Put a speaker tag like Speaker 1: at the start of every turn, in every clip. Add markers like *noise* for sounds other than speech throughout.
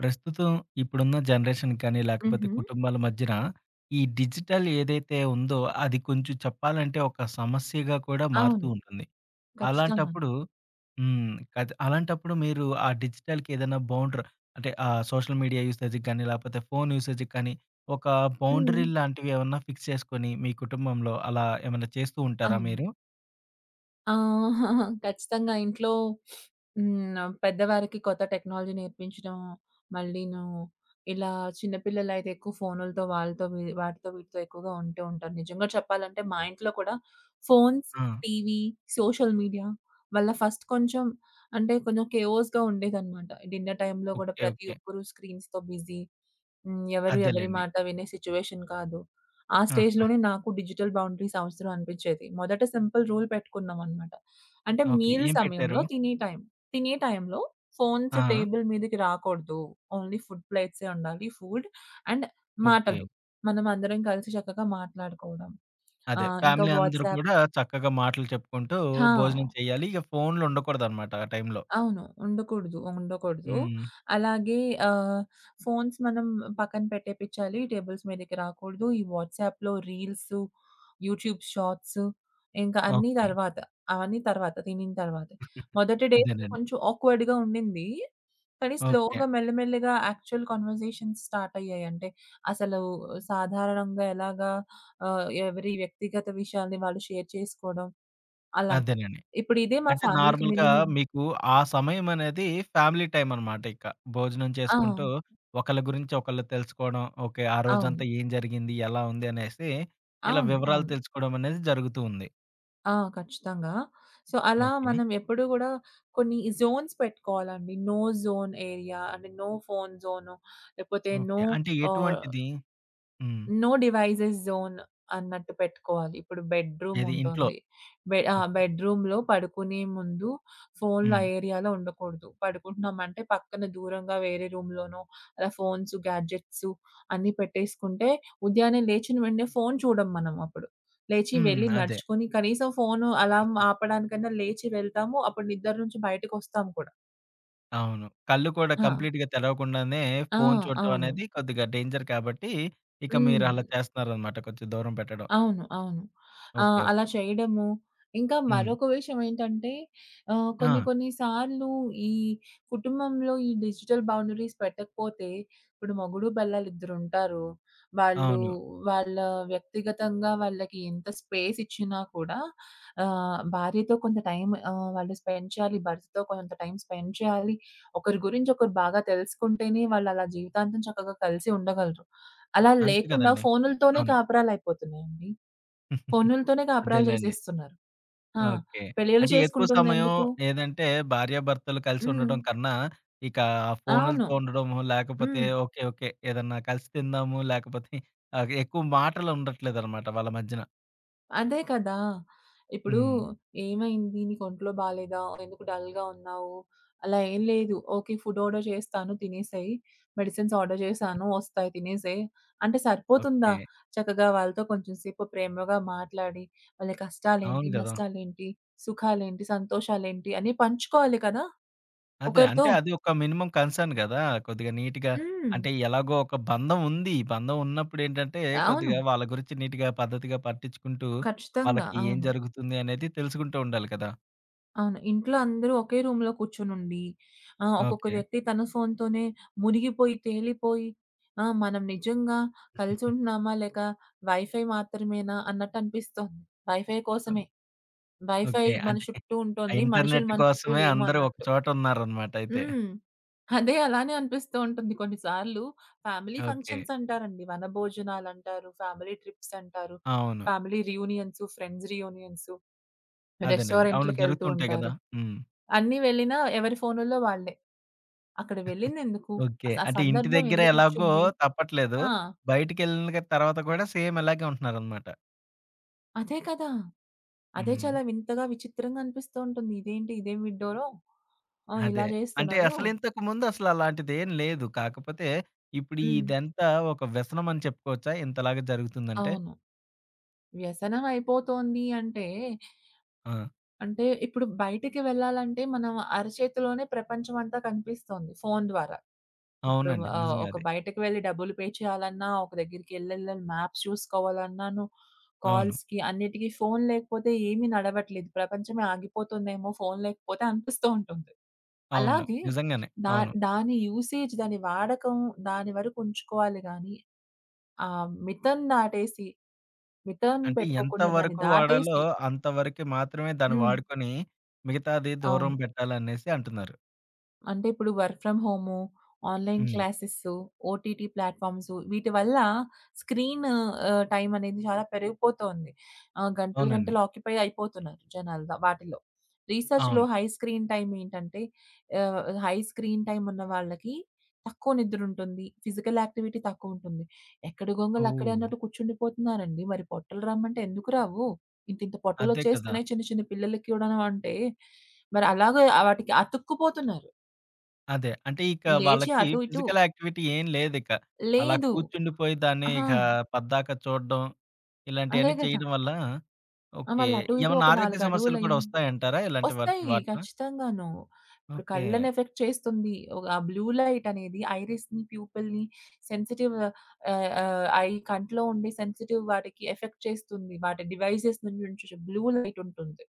Speaker 1: ప్రస్తుతం ఇప్పుడున్న జనరేషన్ కానీ, లేకపోతే
Speaker 2: హుహు.
Speaker 1: కుటుంబాల మధ్యన ఈ డిజిటల్ ఏదైతే ఉందో, అది కొంచెం చెప్పాలంటే ఒక సమస్యగా కూడా మారుతూ
Speaker 2: అవును. హ్మ్.
Speaker 1: ఉంటుంది.
Speaker 2: ఖచ్చితంగాను.
Speaker 1: అలాంటప్పుడు హ్మ్. కద అలాంటప్పుడు మీరు ఆ డిజిటల్‌కి ఏదైనా బౌండర్ అంటే సోషల్ మీడియా యూసేజ్‌కి గాని, లేకపోతే ఫోను యూసేజ్‌కి కానీ, ఒక బౌండరీ
Speaker 2: హ్మ్.
Speaker 1: లాంటివి ఏమన్నా ఫిక్స్ చేసుకొని, మీ కుటుంబంలో అలా ఏమన్నా చేస్తూ ఉంటారా
Speaker 2: అవును.
Speaker 1: మీరు?
Speaker 2: ఆహ్, *laughs* ఖచ్చితంగా ఇంట్లో. హ్మ్. పెద్దవారికి కొత్త టెక్నాలజీ నేర్పించడం, మళ్ళీను ఇలా చిన్న పిల్లలైతే ఎక్కువ ఫోనులతో వాళ్ళతో వీ వాటితో వీటితో ఎక్కువగా ఉంటూ ఉంటారు. నిజంగా చెప్పాలంటే మా ఇంట్లో కూడా ఫోన్స్,
Speaker 1: ఆ!
Speaker 2: టీవీ, సోషల్ మీడియా వల్ల ఫస్ట్ కొంచెం, అంటే కొంచెం కేయోస్‌గా ఉండేదనమాట. డిన్నర్ టైమ్‌లో కూడా
Speaker 1: ఓకే.
Speaker 2: ప్రతి
Speaker 1: ఓకే.
Speaker 2: ఒక్కరు స్క్రీన్స్‌తో బిజీ. హ్మ్. ఎవరు ఎవరి
Speaker 1: అదేలెండి.
Speaker 2: మాట వినే సిట్యుయేషన్ కాదు. ఆ
Speaker 1: ఆహా!
Speaker 2: స్టేజ్‌లోనే నాకు డిజిటల్ బౌండరీస్ అవసరం అనిపించేది. మొదట సింపుల్ రూల్ పెట్టుకున్నామనమాట. అంటే
Speaker 1: ఓకే.
Speaker 2: మీల్
Speaker 1: ఏం పెట్టారు?
Speaker 2: సమయంలో తినే టైం. తినే టైంలో ఫోన్స్
Speaker 1: ఆ! ఆ!
Speaker 2: టేబుల్ మీదకి రాకూడదు. ఓన్లీ ఫుడ్ ప్లేట్సే ఉండాలి. Food and
Speaker 1: okay.
Speaker 2: మాటలు. మనం అందరం కలిసి చక్కగా మాట్లాడుకోవడం.
Speaker 1: అదే.
Speaker 2: ఇంకా
Speaker 1: ఫ్యామిలీ అందరూ
Speaker 2: వాట్సాప్.
Speaker 1: కూడా చక్కగా మాటలు చెప్పుకుంటూ
Speaker 2: ఆ!
Speaker 1: భోజనం చేయాలి. ఇక ఫోన్‌లు ఉండకూడదనమాట ఆ టైంలో.
Speaker 2: అవును. ఉండకూడదు. ఉండకూడదు.
Speaker 1: హ్మ్.
Speaker 2: అలాగే ఆహ్, ఫోన్స్ మనం పక్కన పెట్టేపిచ్చాలి. టేబుల్స్ మీదకి రాకూడదు. ఈ వాట్సాప్‌లో రీల్స్, యూట్యూబ్ షార్ట్స్ ఇంకా అన్నీ
Speaker 1: ఓకే.
Speaker 2: తర్వాత. అవన్నీ తర్వాత తినిన తర్వాతే. మొదటి డేస్‌లో
Speaker 1: అదేనండి.
Speaker 2: కొంచెం ఆక్వర్డ్‌గా ఉండింది. కానీ
Speaker 1: ఓకే.
Speaker 2: స్లోగా మెల్లమెల్లగా యాక్చువల్ కన్వర్జేషన్స్ స్టార్ట్ అయ్యాయి. అంటే అసలు సాధారణంగా ఎలాగా, ఎవరి వ్యక్తిగత విషయాల్ని వాళ్ళు షేర్ చేసుకోవడం, అలాగా.
Speaker 1: అదేనండి.
Speaker 2: ఇప్పుడు ఇదే మా
Speaker 1: అంటే
Speaker 2: ఫ్యామిలీకి
Speaker 1: నార్మల్‌గా
Speaker 2: మినిమమ్.
Speaker 1: మీకు ఆ సమయం అనేది ఫ్యామిలీ టైమ్ అనమాట ఇక. భోజనం
Speaker 2: ఆ!
Speaker 1: చేసుకుంటూ ఒకళ్ళ గురించి ఒకళ్ళు తెలుసుకోవడం, ఓకే. ఆ రోజంతా
Speaker 2: అవును.
Speaker 1: ఏం జరిగింది, ఎలా ఉంది అనేసి ఇలా
Speaker 2: అవును.
Speaker 1: వివరాలు
Speaker 2: అవును.
Speaker 1: తెలుసుకోవడం అనేది జరుగుతూ ఉంది.
Speaker 2: ఆ! ఖచ్చితంగా. సో, అలా
Speaker 1: ఓకే.
Speaker 2: మనం ఎప్పుడూ గూడా కొన్ని జోన్స్ పెట్టుకోవాలండి. నో జోన్ ఏరియా అంటే, నో ఫోను జోను, లేకపోతే
Speaker 1: ఓకే. అంటే
Speaker 2: ఆహ్
Speaker 1: ఎటువంటిది? హ్మ్.
Speaker 2: నో డివైసెస్ జోన్ అన్నట్టు పెట్టుకోవాలి. ఇప్పుడు బెడ్‌రూమ్
Speaker 1: ఏది ఇంట్లో.
Speaker 2: ఉంటుంది.
Speaker 1: ఓకే.
Speaker 2: బెడ్‌రూమ్‌లో పడుకునే ముందు ఫోన్‌లు ఆ
Speaker 1: హ్మ్.
Speaker 2: ఏరియాలో ఉండకూడదు. పడుకుంటున్నామంటే పక్కన దూరంగా వేరే రూమ్‌లోనో అలా ఫోన్స్, గ్యాడ్జెట్స్ అన్నీ పెట్టేసుకుంటే ఉదయాన్నే లేచిన వెంటనే ఫోన్ చూడం మనం అప్పుడు. లేచి
Speaker 1: హ్మ్.
Speaker 2: వెళ్లి
Speaker 1: అదే.
Speaker 2: నడుచుకొని కనీసం ఫోను అలార్మ్ ఆపడానికన్నా లేచి వెళ్తాము. అప్పుడు నిద్ర నుంచి బయటకొస్తాం కూడా.
Speaker 1: అవును. కళ్ళు కూడా
Speaker 2: ఆ!
Speaker 1: కంప్లీట్‌గా తెరవకుండానే
Speaker 2: ఆ!
Speaker 1: ఫోను చూడటం హ్మ్.
Speaker 2: అవును.
Speaker 1: అనేది కొద్దిగా డేంజర్ కాబట్టి, ఇక మీరు
Speaker 2: హ్మ్.
Speaker 1: అలా చేస్తున్నారనమాట. కొంచెం దూరం పెట్టడం.
Speaker 2: అవును. అవును.
Speaker 1: ఓకే.
Speaker 2: అలా
Speaker 1: ఓకే.
Speaker 2: చేయడము. ఇంకా
Speaker 1: హ్మ్.
Speaker 2: మరొక విషయం ఏంటంటే,
Speaker 1: ఆ!
Speaker 2: కొన్ని కొన్ని సార్లు ఈ కుటుంబంలో ఈ డిజిటల్ బౌండరీస్ పెట్టకపోతే, ఇప్పుడు మొగుడు, పెళ్ళాలు ఇద్దరుంటారు. వాళ్ళు
Speaker 1: అవును.
Speaker 2: వాళ్ళ వ్యక్తిగతంగా వాళ్ళకి ఎంత స్పేస్ ఇచ్చినా కూడా భార్యతో కొంత టైం వాళ్ళు స్పెండ్ చేయాలి. భర్తతో కొంత టైం స్పెండ్ చేయాలి. ఒకరి గురించి ఒకరు బాగా తెలుసుకుంటేనే వాళ్ళు అలా జీవితాంతం చక్కగా కలిసి ఉండగలరు. అలా
Speaker 1: అంతే
Speaker 2: లేకుండా
Speaker 1: కదండీ.
Speaker 2: ఫోనులతోనే
Speaker 1: అవును.
Speaker 2: కాపురాలయిపోతున్నాయండి. ఫోనులతోనే
Speaker 1: *laughs*
Speaker 2: కాపురాలు
Speaker 1: అదేలెండి.
Speaker 2: చేసేస్తున్నారు. ఆ!
Speaker 1: ఓకే.
Speaker 2: పెళ్ళిళ్ళు
Speaker 1: అంటే ఎక్కువ సమయం
Speaker 2: చేసుకుంటుందెందుకు?
Speaker 1: ఏదంటే భార్యాభర్తలు కలిసి
Speaker 2: హ్మ్.
Speaker 1: ఉండడం కన్నా, ఇక
Speaker 2: అవును.
Speaker 1: ఫోనులతో ఉండడము, లేకపోతే
Speaker 2: హ్మ్.
Speaker 1: ఓకే. ఓకే. ఏదన్నా కలిసి తిందాము, లేకపోతే ఎక్కువ మాటలు ఉండట్లేదనమాట వాళ్ళ మధ్యన.
Speaker 2: అదే కదా! ఇప్పుడు,
Speaker 1: హ్మ్.
Speaker 2: "ఏమైంది? నీకు ఒంట్లో బాలేదా? ఎందుకు డల్‌గా ఉన్నావు?" అలా ఏం లేదు. "ఓకే. ఫుడ్ ఆర్డర్ చేస్తాను తినేసేయి. మెడిసిన్స్ ఆర్డర్ చేశాను వస్తాయి తినేసేయి" అంటే సరిపోతుందా?
Speaker 1: ఓకే.
Speaker 2: చక్కగా వాళ్ళతో కొంచెం సేపు ప్రేమగా మాట్లాడి, వాళ్ళ కష్టాలేంటి?
Speaker 1: అవును గదా!
Speaker 2: నష్టాలేంటి? సుఖాలేంటి? సంతోషాలేంటి? అని పంచుకోవాలి కదా!
Speaker 1: అదే.
Speaker 2: ఒకరితో.
Speaker 1: అంటే అది ఒక మినిమమ్ కన్సర్న్ గదా! కొద్దిగా నీట్‌గా
Speaker 2: హ్మ్.
Speaker 1: అంటే ఎలాగో ఒక బంధం ఉంది. బంధం ఉన్నప్పుడేంటంటే
Speaker 2: అవును.
Speaker 1: కొద్దిగా వాళ్ళ గురించి నీట్‌గా, పద్ధతిగా పట్టించుకుంటూ
Speaker 2: ఖచ్చితంగా.
Speaker 1: వాళ్ళకి ఏం
Speaker 2: అవును.
Speaker 1: జరుగుతుంది అనేది తెలుసుకుంటూ ఉండాలి కదా!
Speaker 2: అవును. ఇంట్లో అందరూ ఒకే రూమ్‌లో కూర్చొనుండి, ఒక్కొక్క
Speaker 1: ఓకే.
Speaker 2: వ్యక్తి తన ఫోన్‌తోనే మునిగిపోయి, తేలిపోయి, ఆ! మనం నిజంగా కలిసుంటున్నామా? లేక వైఫై మాత్రమేనా అన్నట్టు అనిపిస్తోంది. Wifi
Speaker 1: oh!
Speaker 2: కోసమే. Wifi
Speaker 1: okay.
Speaker 2: మన
Speaker 1: అంటే
Speaker 2: చుట్టూ
Speaker 1: ఆ
Speaker 2: ఉంటుంది. మనుషులు
Speaker 1: ఇంటర్నెట్
Speaker 2: మన చుట్టూ
Speaker 1: కోసమే
Speaker 2: లేము
Speaker 1: అందరూ ఒక
Speaker 2: అన్నట్టు.
Speaker 1: చోట ఉన్నారనమాట అయితే.
Speaker 2: హ్మ్. అదే అలానే అనిపిస్తూ ఉంటుంది కొన్నిసార్లు. Family
Speaker 1: okay.
Speaker 2: ఫంక్షన్స్ అంటారండి. వనభోజనాలంటారు, ఫ్యామిలీ ట్రిప్స్ అంటారు,
Speaker 1: అవును.
Speaker 2: ఫ్యామిలీ రియూనియన్స్, ఫ్రెండ్స్ రియూనియన్స్,
Speaker 1: అదేనండి. అవును.
Speaker 2: రెస్టారెంట్‌లకెళ్తూ
Speaker 1: జరుగుతుంటాయి గదా!
Speaker 2: ఉంటారు.
Speaker 1: హ్మ్.
Speaker 2: అన్నీ వెళ్ళినా ఎవరి ఫోనుల్లో వాళ్ళే. అక్కడ వెళ్ళిందెందుకు?
Speaker 1: ఓకే.
Speaker 2: ఆ
Speaker 1: అంటే ఇంటి
Speaker 2: సందర్భం
Speaker 1: దగ్గర ఎలాగో
Speaker 2: ఎందుకొచ్చింది?
Speaker 1: తప్పట్లేదు.
Speaker 2: ఆ!
Speaker 1: బయటికెళ్ళిన తర్వాత కూడా సేమ్ ఇలాగే ఉంటున్నారనమాట.
Speaker 2: అదే కదా! అదే
Speaker 1: హ్మ్.
Speaker 2: చాలా వింతగా, విచిత్రంగా అనిపిస్తూ ఉంటుంది. ఇదేంటి? ఇదేం విడ్డూరం. ఆ!
Speaker 1: అదే.
Speaker 2: ఇలా
Speaker 1: అంటే
Speaker 2: జేస్తున్నారు.
Speaker 1: అసలింతకు ముందసల అలాంటిదేం లేదు. కాకపోతే ఇప్పుడు
Speaker 2: హ్మ్.
Speaker 1: ఇదంతా ఒక వ్యసనం అని చెప్పుకోవచ్చా? ఇంతలాగా జరుగుతుందంటే?
Speaker 2: అవును. వ్యసనం అయిపోతోంది అంటే,
Speaker 1: ఆ!
Speaker 2: అంటే ఇప్పుడు బయటికి వెళ్ళాలంటే మనం అరచేతిలోనే ప్రపంచమంతా కనిపిస్తోంది ఫోను ద్వారా. ఇప్పుడు
Speaker 1: అవునండి. నిజమే
Speaker 2: ఒక
Speaker 1: అది.
Speaker 2: బయటకి వెళ్లి డబ్బులు పే చేయాలన్నా, ఒక దగ్గరికెళ్ళెళ్ళి మ్యాప్స్ చూసుకోవాలన్నాను,
Speaker 1: అవును.
Speaker 2: కాల్స్‌కి అన్నిటికి ఫోను లేకపోతే ఏమీ నడవట్లేదు. ప్రపంచమే ఆగిపోతుందేమో ఫోను లేకపోతే అనిపిస్తూ ఉంటుంది.
Speaker 1: అవును.
Speaker 2: అలాగే
Speaker 1: నిజంగానే.
Speaker 2: దా
Speaker 1: అవును.
Speaker 2: దాని యూసేజ్, దాని వాడకం దాని వరకు ఉంచుకోవాలి గానీ, మితం దాటేసి మితాన్ని
Speaker 1: అంటే ఎంత
Speaker 2: పెట్టుకోకుండా దాన్ని
Speaker 1: వరకు వాడాలో
Speaker 2: దాటేసి.
Speaker 1: అంత వరకు మాత్రమే దాన్ని
Speaker 2: హ్మ్.
Speaker 1: వాడుకొని మిగతాది దూరం
Speaker 2: అవును.
Speaker 1: పెట్టాలనేసి అంటున్నారు.
Speaker 2: అంటే ఇప్పుడు work from home, online
Speaker 1: hmm.
Speaker 2: Classes, OTT platforms వీటి వల్ల స్క్రీన్ టైమ్ అనేది చాలా పెరిగిపోతోంది. గంటలు,
Speaker 1: అవునండి.
Speaker 2: గంటలు ఆక్యుపై అయిపోతున్నారు జనాలు వాటిలో. రీసెర్చ్‌లో
Speaker 1: అవును.
Speaker 2: హై స్క్రీన్ టైమ్ ఏంటంటే, ఆహ్, హై స్క్రీన్ టైమ్ ఉన్న వాళ్ళకి తక్కువ నిద్రుంటుంది. Physical activity తక్కువుంటుంది. ఎక్కడి గొంగళి అక్కడే
Speaker 1: ఓహ్!
Speaker 2: అన్నట్టు కూర్చుండిపోతున్నారండి. మరి పొట్టలు రమ్మంటే ఎందుకు రావు? ఇంతింత
Speaker 1: అదే కదా!
Speaker 2: పొట్టలొచ్చేస్తున్నాయి చిన్న, చిన్న పిల్లలకి కూడాను అంటే, మరి అలాగే వాటికి అతుక్కుపోతున్నారు.
Speaker 1: అదే. అంటే ఇక
Speaker 2: లేచి
Speaker 1: వాళ్ళకి
Speaker 2: అటు ఇటు
Speaker 1: ఫిజికల్ యాక్టివిటీ ఏం లేదిక. అలా
Speaker 2: లేదు.
Speaker 1: కూర్చుండిపోయి దాన్ని
Speaker 2: ఆ!
Speaker 1: ఇక పద్దాక చూడడం
Speaker 2: అదే
Speaker 1: ఇలాంటియన్నీ
Speaker 2: గదా!
Speaker 1: చేయడం వల్ల
Speaker 2: ఆ!
Speaker 1: ఓకే.
Speaker 2: మళ్ళటు ఇటు
Speaker 1: ఏమన్నా
Speaker 2: ఒక
Speaker 1: ఆరోగ్య
Speaker 2: 4
Speaker 1: సమస్యలు కూడా
Speaker 2: అడుగులయ్యి
Speaker 1: వస్తాయంటారా? ఇలాంటి వాటి
Speaker 2: వస్తాయి.
Speaker 1: వాటిన?
Speaker 2: ఖచ్చితంగాను. ఇప్పుడు
Speaker 1: ఓకే.
Speaker 2: కళ్ళని ఎఫెక్ట్ చేస్తుంది. ఆ బ్లూ లైట్ అనేది ఐరిస్‌ని, ప్యూపిల్‌ని సెన్సిటివ్, ఆహ్, ఆహ్, ఐ కంట్లో ఉండే సెన్సిటివ్ వాటికి ఎఫెక్ట్ చేస్తుంది. వాటి డివైసెస్ నుంచి బ్లూ లైట్ ఉంటుంది.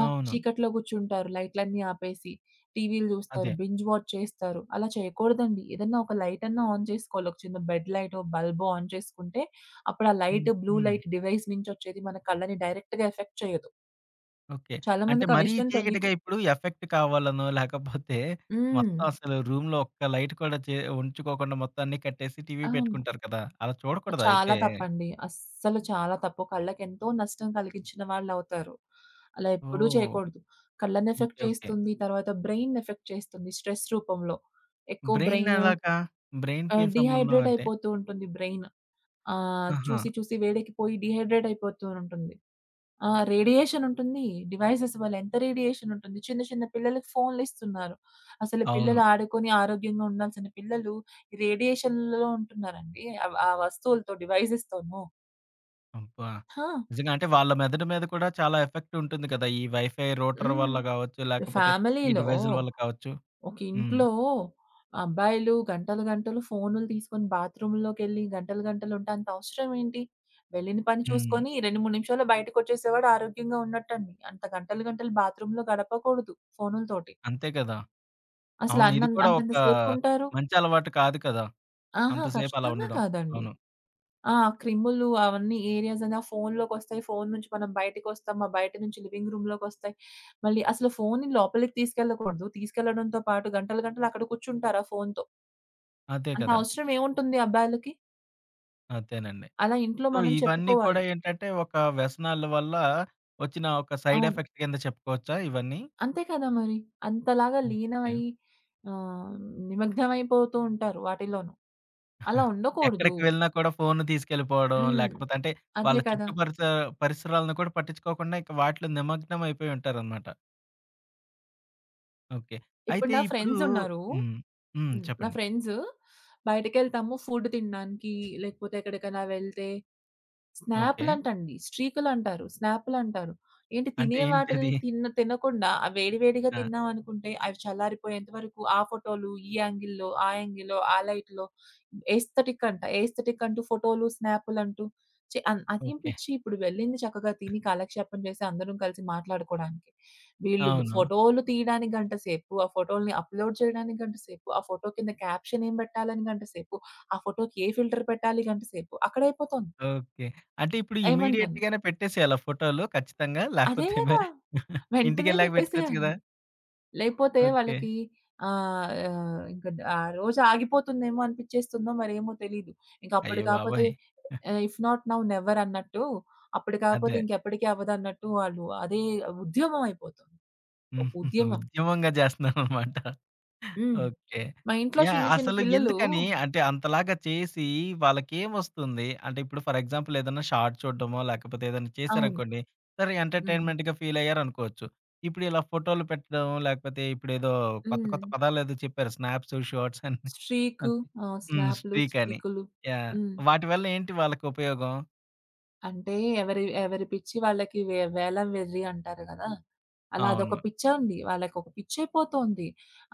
Speaker 2: ఆ!
Speaker 1: అవును.
Speaker 2: చీకట్లో కూర్చుంటారు లైట్‌లన్నీ ఆపేసి. టీవీలు చూస్తారు.
Speaker 1: అదే.
Speaker 2: బింజ్ వాచ్ చేస్తారు. అలా చేయకూడదండి. ఏదన్నా ఒక లైట్ అన్నా ఆన్ చేసుకోవాలి. ఒక చిన్న బెడ్ లైటో, బల్బో ఆన్ చేసుకుంటే అప్పుడు ఆ
Speaker 1: hmm.
Speaker 2: Light blue
Speaker 1: hmm.
Speaker 2: Light device నుంచి వచ్చేది మన కళ్ళని డైరెక్ట్‌గా ఎఫెక్ట్ చేయదు.
Speaker 1: ఓకే.
Speaker 2: చాలా
Speaker 1: అంటే
Speaker 2: మందికి ఆ
Speaker 1: మరీ
Speaker 2: విషయం
Speaker 1: చీకటిగా
Speaker 2: తెలీదు.
Speaker 1: ఇప్పుడు ఎఫెక్ట్ కావాలనో, లేకపోతే
Speaker 2: హ్మ్.
Speaker 1: మొత్తం అసలు రూమ్‌లో ఒక్క లైట్ కూడా ఉంచుకోకుండా మొత్తం అన్నీ కట్టేసి టీవీ
Speaker 2: అవును.
Speaker 1: పెట్టుకుంటారు కదా! అలా చూడకూడదా
Speaker 2: చాలా
Speaker 1: అయితే?
Speaker 2: తప్పండి. అస్సలు చాలా తప్పు. కళ్ళకెంతో నష్టం కలిగించిన వాళ్ళవుతారు. అలా ఎప్పుడూ
Speaker 1: ఓహ్!
Speaker 2: చేయకూడదు. కళ్ళని
Speaker 1: ఓకే.
Speaker 2: Effect
Speaker 1: okay.
Speaker 2: చేస్తుంది. తర్వాత బ్రెయిన్‌ని ఎఫెక్ట్ చేస్తుంది స్ట్రెస్ రూపంలో. ఎక్కువ
Speaker 1: బ్రెయిన్
Speaker 2: బ్రెయిన్
Speaker 1: ఎలాగా? బ్రెయిన్‌కేం సంబంధం
Speaker 2: డీహైడ్రేట్
Speaker 1: అంటే
Speaker 2: అయిపోతూ ఉంటుంది బ్రెయిన్.
Speaker 1: ఆహా!
Speaker 2: చూసి చూసి వేడెక్కిపోయి డీహైడ్రేట్ అయిపోతూ ఉంటుంది. ఆ! రేడియేషన్ ఉంటుంది. డివైసెస్ వల్ల ఎంత రేడియేషన్ ఉంటుంది. చిన్న చిన్న పిల్లలకి ఫోన్‌లిస్తున్నారు. అసలు
Speaker 1: అవును.
Speaker 2: పిల్లలు ఆడుకొని ఆరోగ్యంగా ఉండాల్సిన పిల్లలు ఈ రేడియేషన్‌లో ఉంటున్నారండి. ఆ! ఆ వస్తువులతో, డివైసెస్‌తోను.
Speaker 1: అబ్బా!
Speaker 2: ఆ!
Speaker 1: నిజంగా అంటే వాళ్ళ మెదడు మీద కూడా చాలా ఎఫెక్ట్ ఉంటుంది కదా! ఈ వైఫై రూటర్
Speaker 2: హ్మ్.
Speaker 1: వల్ల గావచ్చు, లేకపోతే ఈ
Speaker 2: ఫ్యామిలీలో
Speaker 1: డివైజుల వల్ల కావచ్చు.
Speaker 2: ఒక
Speaker 1: హ్మ్.
Speaker 2: ఇంట్లో అబ్బాయిలు గంటలు, గంటలు ఫోనులు తీసుకొని బాత్రూమ్‌లోకెళ్ళి గంటలు, గంటలు ఉంటే అంత అవసరం ఏంటి? వెళ్ళిన పని
Speaker 1: హ్మ్.
Speaker 2: చూసుకొని 2, 3 నిమిషాల్లో బయటకొచ్చేసేవాడు ఆరోగ్యంగా ఉన్నట్టండి. అంత గంటలు, గంటలు బాత్రూమ్‌లో గడపకూడదు ఫోనులతోటి.
Speaker 1: అంతే కదా!
Speaker 2: అసలు
Speaker 1: అవును. ఇది
Speaker 2: అన్నం
Speaker 1: కూడా ఒక
Speaker 2: అంతంత సేపుంటారు.
Speaker 1: మంచి అలవాటు కాదు కదా!
Speaker 2: ఆహా!
Speaker 1: అంతసేపు అలా
Speaker 2: ఖచ్చితంగా
Speaker 1: ఉండడం.
Speaker 2: కాదండి.
Speaker 1: అవును.
Speaker 2: ఆ! క్రిములు అవన్నీ ఏరియాస్ అని ఆ ఫోనులోకొస్తాయి. ఫోను నుంచి మనం బయటికొస్తాం. ఆ బయట నుంచి లివింగ్ రూమ్‌లోకొస్తాయి. మళ్ళీ అసలు ఫోనుని లోపలికి తీసుకెళ్ళకూడదు. తీసుకెళ్లడంతో పాటు గంటలు, గంటలు అక్కడ కూర్చుంటారు ఆ ఫోనుతో.
Speaker 1: అదే
Speaker 2: అంత
Speaker 1: కదా!
Speaker 2: అవసరం ఏముంటుంది అబ్బాయిలకి?
Speaker 1: అదేనండి.
Speaker 2: అలా ఇంట్లో
Speaker 1: సో,
Speaker 2: మనం
Speaker 1: ఇవన్నీ కూడా
Speaker 2: చెప్పుకోవాలి.
Speaker 1: ఏంటంటే ఒక వ్యసనాల వల్ల వచ్చిన ఒక సైడ్
Speaker 2: అవును.
Speaker 1: ఎఫెక్ట్ కింద చెప్పుకోవచ్చా ఇవన్నీ?
Speaker 2: అంతే కదా మరి. అంతలాగా
Speaker 1: ఓకే.
Speaker 2: లీనమయి ఆహ్, నిమగ్నమైపోతూ ఉంటారు వాటిలోనూ.
Speaker 1: ఆ!
Speaker 2: అలా ఉండకూడదు.
Speaker 1: ఎక్కడికి వెళ్ళినా కూడా ఫోను తీసుకెళ్ళిపోవడం,
Speaker 2: హ్మ్.
Speaker 1: లేకపోతే అంటే వాళ్ళ
Speaker 2: అదే కదా!
Speaker 1: చుట్టూ పరిసరాలను కూడా పట్టించుకోకుండా ఇక వాటిలో నిమగ్నం అయిపోయి ఉంటారనమాట. ఓకే.
Speaker 2: ఇప్పుడు
Speaker 1: అయితే
Speaker 2: నా
Speaker 1: ఇప్పుడు
Speaker 2: ఫ్రెండ్సున్నారు.
Speaker 1: హ్మ్. హ్మ్.
Speaker 2: హ్మ్. నా
Speaker 1: చెప్పండి.
Speaker 2: ఫ్రెండ్స్ బయటికెళ్తాము ఫుడ్ తినడానికి, లేకపోతే ఎక్కడికైనా వెళ్తే
Speaker 1: ఓకే.
Speaker 2: స్నాపులంటండి. స్ట్రీకులంటారు. స్నాపులంటారు. ఏంటి
Speaker 1: అంటే
Speaker 2: తినే వాటిల్ని
Speaker 1: ఏంటది?
Speaker 2: తిన్న తినకుండా ఆ వేడి వేడిగా
Speaker 1: ఆ!
Speaker 2: తిన్నామనుకుంటే అవి చల్లారిపోయేంత వరకు ఆ ఫోటోలు, ఈ యాంగిల్‌లో, ఆ యాంగిల్‌లో, ఆ లైట్‌లో ఎస్థెటిక్ అంట. ఎస్థెటిక్ అంటూ ఫోటోలు, స్నాపులంటూ చే అన్ అదేం
Speaker 1: ఓకే.
Speaker 2: పిచ్చి, ఇప్పుడు వెళ్ళింది చక్కగా తిని కాలక్షేపం చేసి అందరం కలిసి మాట్లాడుకోవడానికి. వీళ్ళు
Speaker 1: అవును.
Speaker 2: ఫోటోలు తీయడానికి గంట సేపు, ఆ ఫోటో‌లని అప్‌లోడ్ చేయడానికి గంట సేపు, ఆ ఫోటో కింద క్యాప్షన్ ఏం పెట్టాలని గంట సేపు, ఆ ఫోటోకి ఏ ఫిల్టర్ పెట్టాలి గంట సేపు. అక్కడైపోతోంది
Speaker 1: ఓకే. అంటే ఇప్పుడు
Speaker 2: ఏమంతాను.
Speaker 1: ఇమ్మీడియేట్‌గానే పెట్టేసేయాలా ఫోటోలు ఖచ్చితంగా?
Speaker 2: అదే
Speaker 1: లేకపోతే
Speaker 2: గదా! వెంటనే
Speaker 1: ఇంటికెళ్ళాక *laughs* పెట్టుకోవచ్చు గదా!
Speaker 2: పెట్టేసేయాలి. లేకపోతే
Speaker 1: ఓకే.
Speaker 2: వాళ్ళకి ఆహ్, ఆహ్, ఇంక ఆ రోజు ఆగిపోతుందేమో అనిపిచ్చేస్తుందో మరేమో తెలీదు. ఇంక అప్పుడు
Speaker 1: అయ్య
Speaker 2: కాపోతే
Speaker 1: బాబోయ్!
Speaker 2: ఇఫ్ నాట్ నౌ నెవర్ అన్నట్టు, అప్పుడు కాపోతే
Speaker 1: అదే.
Speaker 2: ఇంకెప్పటికి అవ్వదన్నట్టు వాళ్ళు అదే ఉద్యమం అయిపోతుంది.
Speaker 1: *laughs*
Speaker 2: ఒక
Speaker 1: హుహుహు.
Speaker 2: ఉద్యమం.
Speaker 1: ఉద్యమంగా జేస్తున్నారనమాట.
Speaker 2: హ్మ్.
Speaker 1: ఓకే.
Speaker 2: మా ఇంట్లో
Speaker 1: యాహ్!
Speaker 2: చిన్న చిన్న
Speaker 1: అసలు
Speaker 2: పిల్లలు
Speaker 1: ఎందుకని అంటే అంతలాగా చేసి వాళ్ళకేమొస్తుంది? అంటే ఇప్పుడు ఫర్ ఎగ్జాంపుల్ ఏదన్నా షార్ట్ చూడడమో, లేకపోతే ఏదన్నా
Speaker 2: అవును.
Speaker 1: చేశారనుకోండి, సరే
Speaker 2: హ్మ్.
Speaker 1: ఎంటర్‌టైన్‌మెంట్‌గా ఫీలయ్యారనుకోవచ్చు. ఇప్పుడు ఇలా ఫోటోలు పెట్టడం, లేకపోతే ఇప్పుడేదో కొత్త
Speaker 2: హ్మ్.
Speaker 1: కొత్త పదాలేదో చెప్పారు. స్నాప్స్, షార్ట్స్ అని.
Speaker 2: Streak
Speaker 1: okay. హ్మ్.
Speaker 2: స్నాప్‌లు,
Speaker 1: స్ట్రీక్ అని.
Speaker 2: స్ట్రీకులు.
Speaker 1: యాహ్!
Speaker 2: హ్మ్.
Speaker 1: వాటి వల్ల ఏంటి వాళ్ళకి ఉపయోగం?
Speaker 2: అంటే ఎవరి ఎవరి పిచ్చి వాళ్ళకి, వేలం వెర్రి అంటారు గదా! అలా అదొక
Speaker 1: అవును.
Speaker 2: పిచ్చండి. వాళ్ళకొక పిచ్చయిపోతోంది.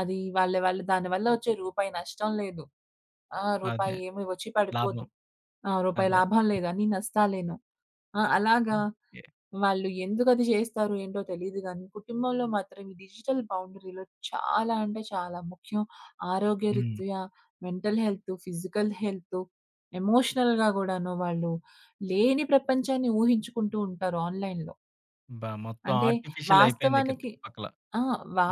Speaker 2: అది వాళ్ళు దానివల్ల వచ్చే రూపాయి నష్టం లేదు. ఆ!
Speaker 1: అదే.
Speaker 2: రూపాయేమి వచ్చి పడిపోదు.
Speaker 1: లాభం.
Speaker 2: ఆ! రూపాయి
Speaker 1: అదే.
Speaker 2: లాభం లేదు. అన్ని నష్టాలేను. ఆ! అలాగా
Speaker 1: ఓకే.
Speaker 2: వాళ్ళు ఎందుకది చేస్తారో ఏంటో తెలీదు గానీ, కుటుంబంలో మాత్రం ఈ డిజిటల్ బౌండరీలు చాలా, అంటే చాలా ముఖ్యం.
Speaker 1: హ్మ్.
Speaker 2: ఆరోగ్యరీత్యా, మెంటల్ హెల్త్, ఫిజికల్ హెల్త్, ఎమోషనల్‌గా గూడాను వాళ్ళు లేని ప్రపంచాన్ని ఊహించుకుంటూ ఉంటారు ఆన్‌లైన్‌లో.
Speaker 1: అబ్బా! మొత్తం
Speaker 2: అంటే
Speaker 1: ఆర్టిఫిషియల్ అయిపోయింది ఇక
Speaker 2: వాస్తవానికి,
Speaker 1: చుట్టుపక్కల.
Speaker 2: ఆ!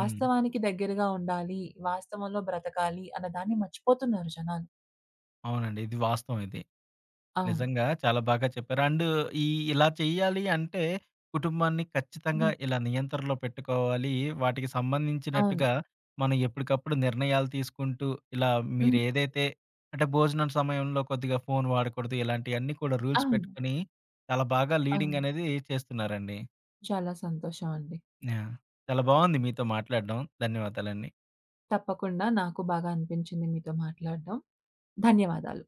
Speaker 1: హ్మ్.
Speaker 2: దగ్గరగా ఉండాలి. వాస్తవంలో బ్రతకాలి అన్న దాన్ని మర్చిపోతున్నారు జనాలు.
Speaker 1: అవునండి. ఇది వాస్తవం ఇది.
Speaker 2: అవును.
Speaker 1: నిజంగా చాలా బాగా చెప్పారు. అండ్ ఈ ఇలా చేయాలి అంటే కుటుంబాన్ని ఖచ్చితంగా
Speaker 2: హ్మ్.
Speaker 1: ఇలా నియంత్రణలో పెట్టుకోవాలి. వాటికి
Speaker 2: అవును.
Speaker 1: సంబంధించినట్టుగా మనం ఎప్పటికప్పుడు నిర్ణయాలు తీసుకుంటూ ఇలా
Speaker 2: హ్మ్.
Speaker 1: మీరేదైతే అంటే భోజనం సమయంలో కొద్దిగా ఫోన్ వాడకూడదు. ఇలాంటియన్నీ కూడా రూల్స్
Speaker 2: అవును.
Speaker 1: పెట్టుకొని చాలా బాగా లీడింగ్
Speaker 2: అవును.
Speaker 1: అనేది చేస్తున్నారండి.
Speaker 2: చాలా సంతోషం అండి.
Speaker 1: యాహ్! చాలా బాగుంది మీతో మాట్లాడడం. ధన్యవాదాలండి.
Speaker 2: తప్పకుండా. నాకు బాగా అనిపించింది మీతో మాట్లాడడం. ధన్యవాదాలు.